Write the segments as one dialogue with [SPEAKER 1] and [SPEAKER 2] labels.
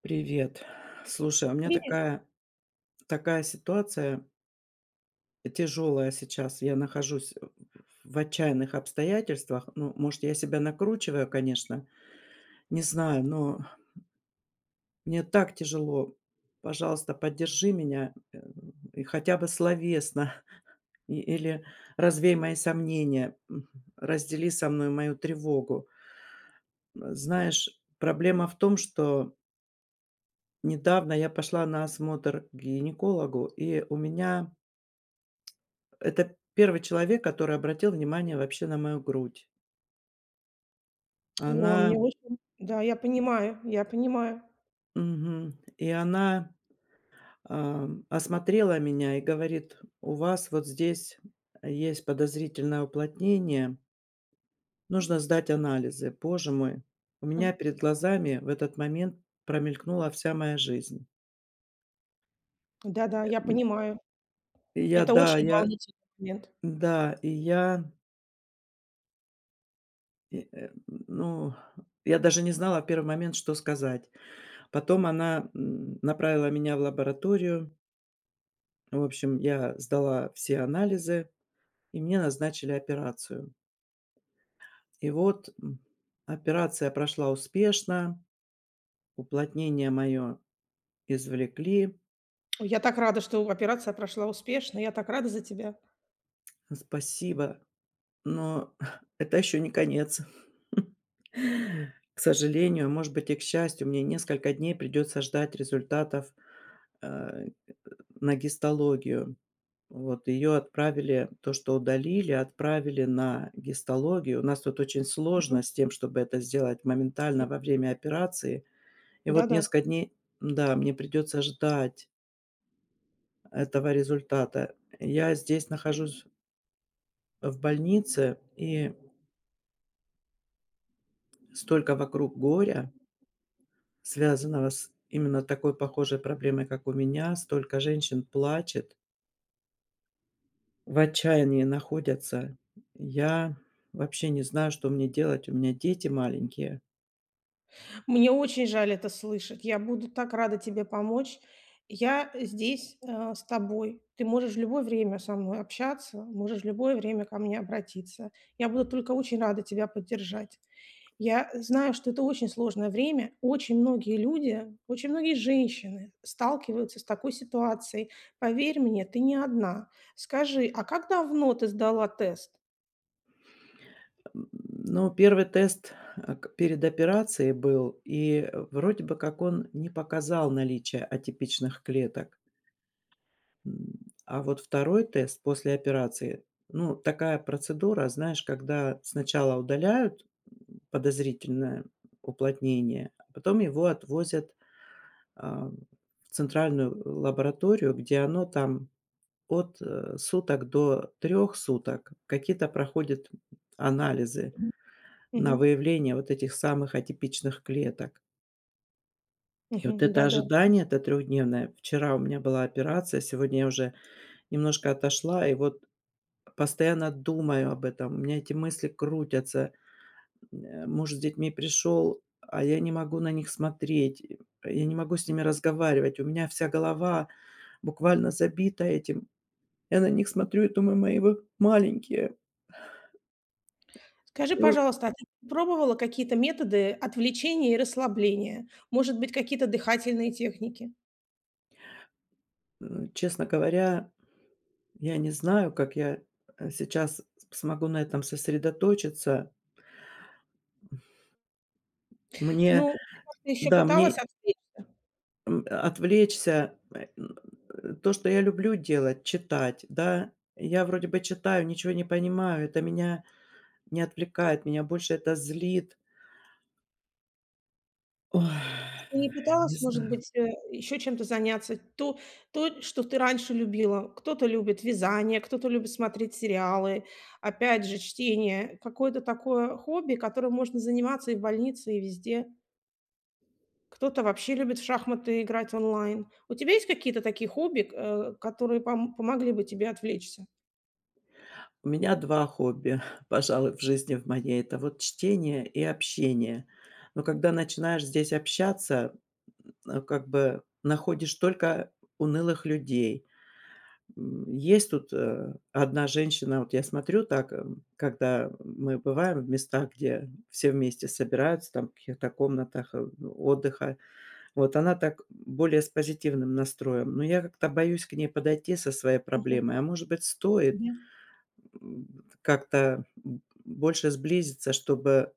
[SPEAKER 1] Привет. Слушай, а у меня
[SPEAKER 2] Привет.
[SPEAKER 1] такая, такая ситуация тяжелая сейчас. Я нахожусь в отчаянных обстоятельствах. Ну, может, я себя накручиваю, конечно, не знаю, но мне так тяжело. Пожалуйста, поддержи меня и хотя бы словесно или развей мои сомнения, раздели со мной мою тревогу. Знаешь, проблема в том, что недавно я пошла на осмотр к гинекологу, и у меня это первый человек, который обратил внимание вообще на мою грудь.
[SPEAKER 2] О, мне
[SPEAKER 1] Она,
[SPEAKER 2] очень да, я понимаю, я понимаю.
[SPEAKER 1] мгм. И она осмотрела меня и говорит: "У вас вот здесь есть подозрительное уплотнение, нужно сдать анализы". Боже мой, у меня
[SPEAKER 2] М.
[SPEAKER 1] перед глазами в этот момент промелькнула вся моя жизнь.
[SPEAKER 2] Да-да, я
[SPEAKER 1] М,
[SPEAKER 2] понимаю.
[SPEAKER 1] и
[SPEAKER 2] Это очень
[SPEAKER 1] я
[SPEAKER 2] волнительный момент.
[SPEAKER 1] да, и я, и, э, ну, я даже не знала в первый момент, что сказать. Потом она направила меня в лабораторию. Ну, в общем, я сдала все анализы, и мне назначили операцию. И вот, операция прошла успешно, уплотнение мое извлекли.
[SPEAKER 2] Ой, я так рада, что операция прошла успешно. Я так рада за тебя.
[SPEAKER 1] Спасибо, но это еще не конец. К сожалению, может быть, и к счастью, мне несколько дней придется ждать результатов, э, на гистологию. Вот ее отправили, то, что удалили, отправили на гистологию. У нас тут очень
[SPEAKER 2] Мгм.
[SPEAKER 1] сложно с тем, чтобы это сделать моментально
[SPEAKER 2] М.
[SPEAKER 1] во время операции. И вот
[SPEAKER 2] Да-да.
[SPEAKER 1] несколько дней, да, мне придется ждать этого результата. Я здесь нахожусь в больнице, и столько вокруг горя, связанного с именно такой похожей проблемой, как у меня, столько женщин плачет, в отчаянии находятся. Я вообще не знаю, что мне делать. У меня дети маленькие.
[SPEAKER 2] Мне очень жаль это слышать. Я буду так рада тебе помочь. Я здесь, с тобой. Ты можешь в любое время со мной общаться, можешь в любое время ко мне обратиться. Я буду только очень рада тебя поддержать. Я знаю, что это очень сложное время. Очень многие люди, очень многие женщины сталкиваются с такой ситуацией. Поверь мне, ты не одна. Скажи, а как давно ты сдала тест?
[SPEAKER 1] М, ну, первый тест, э, к перед операцией был, и, вроде бы как он не показал наличие атипичных клеток. М, а вот второй тест после операции, ну, такая процедура, знаешь, когда сначала удаляют, подозрительное уплотнение, а потом его отвозят, в центральную лабораторию, где оно там от суток до трех суток. Какие-то проходят анализы
[SPEAKER 2] Мгм.
[SPEAKER 1] на
[SPEAKER 2] Мгм.
[SPEAKER 1] выявление вот этих самых атипичных клеток. И вот это
[SPEAKER 2] Да-да.
[SPEAKER 1] ожидание, это трехдневное. Вчера у меня была операция, сегодня я уже немножко отошла, и вот постоянно думаю об этом. У меня эти мысли крутятся. Муж с детьми пришел, а я не могу на них смотреть, и я не могу с ними разговаривать. У меня вся голова буквально забита этим. Я на них смотрю и думаю: мои вы маленькие.
[SPEAKER 2] Скажи,
[SPEAKER 1] И вот,
[SPEAKER 2] пожалуйста, а ты пробовала какие-то методы отвлечения и расслабления? Может быть, какие-то дыхательные техники?
[SPEAKER 1] м, честно говоря, я не знаю, как я сейчас смогу на этом сосредоточиться. Мне,
[SPEAKER 2] Ну, ты еще
[SPEAKER 1] да, мне,
[SPEAKER 2] пыталась отвлечься?
[SPEAKER 1] м, отвлечься. То, что я люблю делать, читать, да. Я вроде бы читаю, ничего не понимаю, это меня не отвлекает, меня больше это злит.
[SPEAKER 2] А
[SPEAKER 1] Ой,
[SPEAKER 2] ты не
[SPEAKER 1] не
[SPEAKER 2] пыталась, может
[SPEAKER 1] знаю.
[SPEAKER 2] быть, еще чем-то заняться? То, что ты раньше любила. Кто-то любит вязание, кто-то любит смотреть сериалы, опять же, чтение. Какое-то такое хобби, которым можно заниматься и в больнице, и везде. Кто-то вообще любит в шахматы играть онлайн. У тебя есть какие-то такие хобби, которые помогли бы тебе отвлечься?
[SPEAKER 1] У меня 2 хобби, пожалуй, в жизни в моей. Это вот чтение и общение. Но когда начинаешь здесь общаться, как бы находишь только унылых людей. М, есть тут 1 женщина, вот я смотрю так, когда мы бываем в местах, где все вместе собираются, там, в каких-то комнатах отдыха. Вот она так более с позитивным настроем, но я как-то боюсь к ней подойти со своей
[SPEAKER 2] Мгм,
[SPEAKER 1] проблемой. А может быть, стоит?
[SPEAKER 2] мгм,
[SPEAKER 1] Как-то больше сблизиться, чтобы,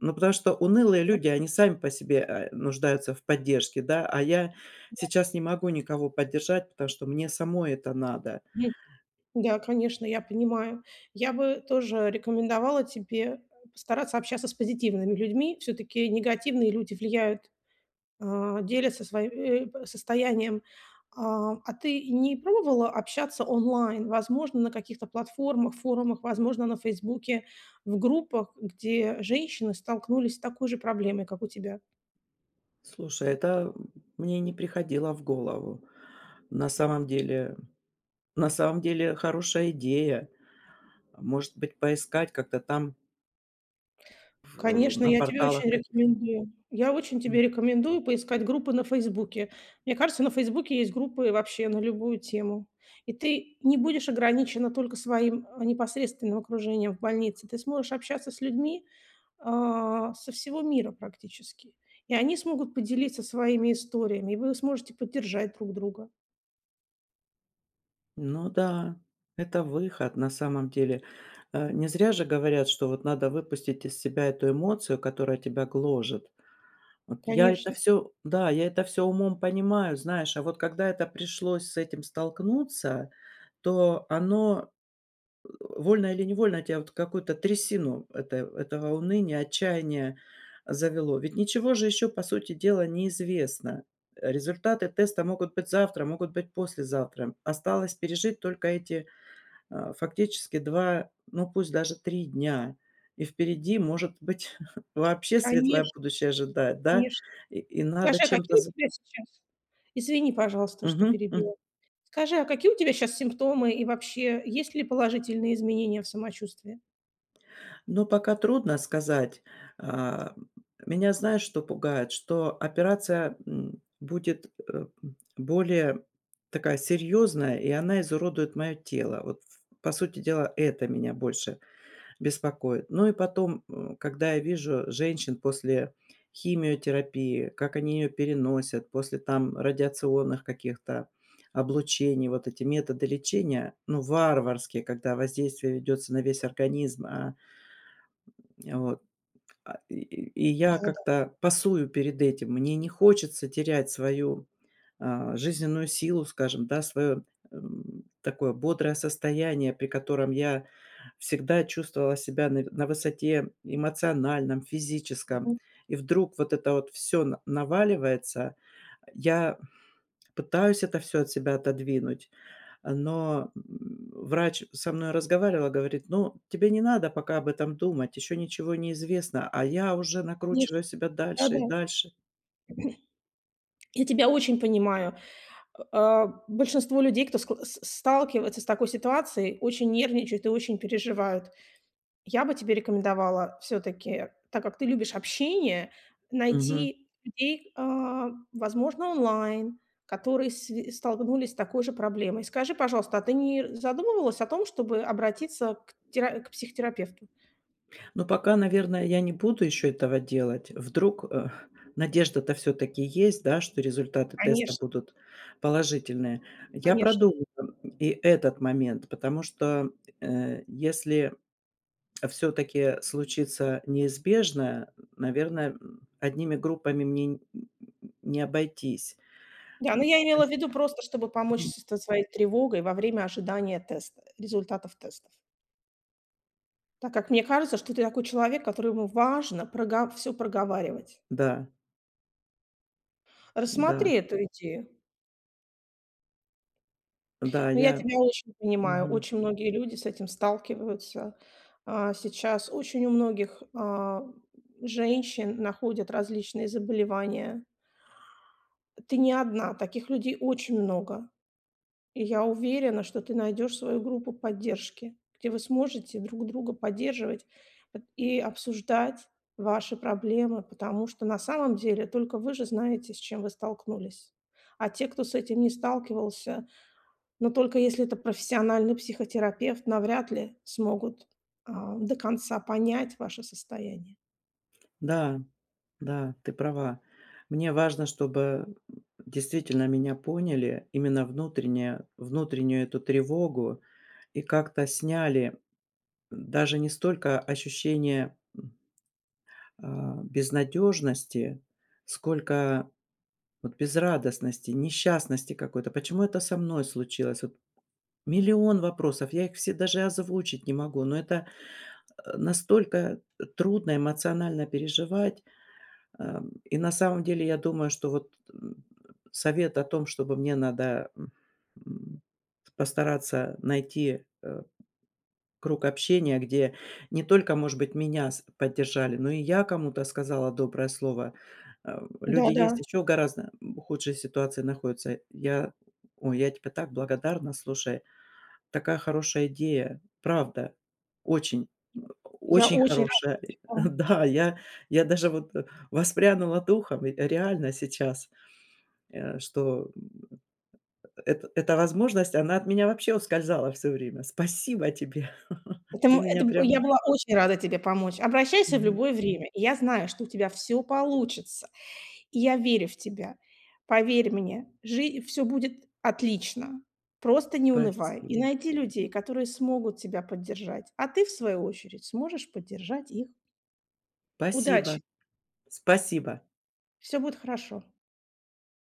[SPEAKER 1] ну, потому что унылые люди, они сами по себе нуждаются в поддержке, да, а я сейчас не могу никого поддержать, потому что мне самой это надо.
[SPEAKER 2] мгм. Да, конечно, я понимаю. Я бы тоже рекомендовала тебе постараться общаться с позитивными людьми. Все-таки негативные люди влияют, делятся своим состоянием. А ты не пробовала общаться онлайн, возможно, на каких-то платформах, форумах, возможно, на Фейсбуке, в группах, где женщины столкнулись с такой же проблемой, как у тебя?
[SPEAKER 1] Слушай, это мне не приходило в голову. На самом деле на самом деле хорошая идея. Может быть, поискать как-то там
[SPEAKER 2] Конечно,
[SPEAKER 1] на
[SPEAKER 2] я тебе
[SPEAKER 1] порталах
[SPEAKER 2] очень
[SPEAKER 1] каких-то.
[SPEAKER 2] рекомендую. Я очень тебе рекомендую поискать группы на "Фейсбуке". Мне кажется, на "Фейсбуке" есть группы вообще на любую тему. И ты не будешь ограничена только своим, непосредственным окружением в больнице. Ты сможешь общаться с людьми, со всего мира практически. И они смогут поделиться своими историями, и вы сможете поддержать друг друга.
[SPEAKER 1] Ну да, это выход на самом деле. Не зря же говорят, что вот надо выпустить из себя эту эмоцию, которая тебя гложет. Вот я это
[SPEAKER 2] Конечно,
[SPEAKER 1] все, да, я это все умом понимаю, знаешь, а вот когда это пришлось с этим столкнуться, то оно вольно или невольно, тебя вот в какую-то трясину этого уныния, отчаяния завело. Ведь ничего же еще, по сути дела, неизвестно. Результаты теста могут быть завтра, могут быть послезавтра. Осталось пережить только эти фактически 2, ну, пусть даже 3 дня, и впереди, может быть, вообще светлое
[SPEAKER 2] конечно,
[SPEAKER 1] будущее ожидает, да,
[SPEAKER 2] конечно.
[SPEAKER 1] и
[SPEAKER 2] Скажи,
[SPEAKER 1] надо
[SPEAKER 2] а
[SPEAKER 1] чем-то
[SPEAKER 2] какие у
[SPEAKER 1] за…
[SPEAKER 2] тебя сейчас? Извини, пожалуйста, что
[SPEAKER 1] Мгм, м.
[SPEAKER 2] перебила. Скажи, а какие у тебя сейчас симптомы и вообще есть ли положительные изменения в самочувствии?
[SPEAKER 1] Но пока трудно сказать. А, меня знаешь, что пугает? Что операция будет более такая серьезная, и она изуродует мое тело. Вот, ф по сути дела, это меня больше беспокоит. Ну и потом, когда я вижу женщин после химиотерапии, как они ее переносят, после там радиационных каких-то облучений, вот эти методы лечения, ну, варварские, когда воздействие ведется на весь организм, вот. И и я
[SPEAKER 2] Да-да.
[SPEAKER 1] как-то пасую перед этим. Мне не хочется терять свою, жизненную силу, скажем, да, свое такое бодрое состояние, при котором я всегда чувствовала себя на высоте эмоциональном, физическом.
[SPEAKER 2] Мгм.
[SPEAKER 1] И вдруг вот это вот все наваливается. Я пытаюсь это все от себя отодвинуть, но, врач со мной разговаривала, говорит: ну, тебе не надо пока об этом думать, еще ничего не известно, а я уже
[SPEAKER 2] Конечно,
[SPEAKER 1] накручиваю себя дальше и
[SPEAKER 2] да-да.
[SPEAKER 1] дальше.
[SPEAKER 2] Я тебя очень понимаю. Большинство людей, кто скл с сталкивается с такой ситуацией, очень нервничают и очень переживают. Я бы тебе рекомендовала все таки, так как ты любишь общение, найти людей, возможно, онлайн, которые сви столкнулись с такой же проблемой. Скажи, пожалуйста, а ты не задумывалась о том, чтобы обратиться к тера к психотерапевту?
[SPEAKER 1] Но пока, наверное, я не буду еще этого делать. Вдруг, надежда-то все-таки есть, да, что результаты теста
[SPEAKER 2] Конечно,
[SPEAKER 1] будут положительные. Я
[SPEAKER 2] конечно.
[SPEAKER 1] продумаю и этот момент, потому что если все-таки случится неизбежное, наверное, одними группами мне не обойтись.
[SPEAKER 2] Да, но
[SPEAKER 1] То
[SPEAKER 2] я имела в
[SPEAKER 1] есть,
[SPEAKER 2] виду просто, чтобы помочь
[SPEAKER 1] мгм,
[SPEAKER 2] с со своей тревогой во время ожидания теста, результатов тестов. Так как мне кажется, что ты такой человек, которому важно прога всё проговаривать.
[SPEAKER 1] да, да,
[SPEAKER 2] Рассмотри эту идею.
[SPEAKER 1] да,
[SPEAKER 2] Но я
[SPEAKER 1] я
[SPEAKER 2] тебя очень понимаю.
[SPEAKER 1] мгм.
[SPEAKER 2] Очень многие люди с этим сталкиваются. Сейчас очень у многих, женщин находят различные заболевания. Ты не одна, таких людей очень много. И я уверена, что ты найдешь свою группу поддержки, где вы сможете друг друга поддерживать и обсуждать ваши проблемы, потому что на самом деле только вы же знаете, с чем вы столкнулись. А те, кто с этим не сталкивался, но только если это профессиональный психотерапевт, навряд ли смогут до конца понять ваше состояние.
[SPEAKER 1] Да, да, ты права. Мне важно, чтобы действительно меня поняли, именно внутренне внутреннюю эту тревогу и как-то сняли даже не столько ощущение безнадежности, сколько вот безрадостности, несчастности какой-то. Почему это со мной случилось? Вот миллион вопросов, я их все даже озвучить не могу, но это, настолько трудно эмоционально переживать. И на самом деле я думаю, что совет о том, чтобы мне надо, м, постараться найти круг общения, где не только, может быть, меня с поддержали, но и я кому-то сказала доброе слово. Люди
[SPEAKER 2] Да-да,
[SPEAKER 1] есть еще гораздо худшей ситуации находятся. Я "Ой, я тебе так благодарна, слушай, такая хорошая идея". Правда, очень.
[SPEAKER 2] я
[SPEAKER 1] Очень
[SPEAKER 2] очень
[SPEAKER 1] хорошая,
[SPEAKER 2] рада.
[SPEAKER 1] да, я даже вот, воспрянула духом, ведь реально сейчас, э, что, м, эт эта возможность, она от меня вообще ускользала все время. Спасибо тебе.
[SPEAKER 2] Это
[SPEAKER 1] Ты
[SPEAKER 2] м
[SPEAKER 1] меня
[SPEAKER 2] это б Я
[SPEAKER 1] прям
[SPEAKER 2] была очень рада тебе помочь. Обращайся в
[SPEAKER 1] мгм.
[SPEAKER 2] любое время. И я знаю, что у тебя все получится. И я верю в тебя. Поверь мне, все будет отлично. Просто не унывай и
[SPEAKER 1] Спасибо.
[SPEAKER 2] найди людей, которые смогут тебя поддержать, а ты, в свою очередь, сможешь поддержать их.
[SPEAKER 1] Спасибо.
[SPEAKER 2] Удачи!
[SPEAKER 1] Спасибо.
[SPEAKER 2] Все будет хорошо.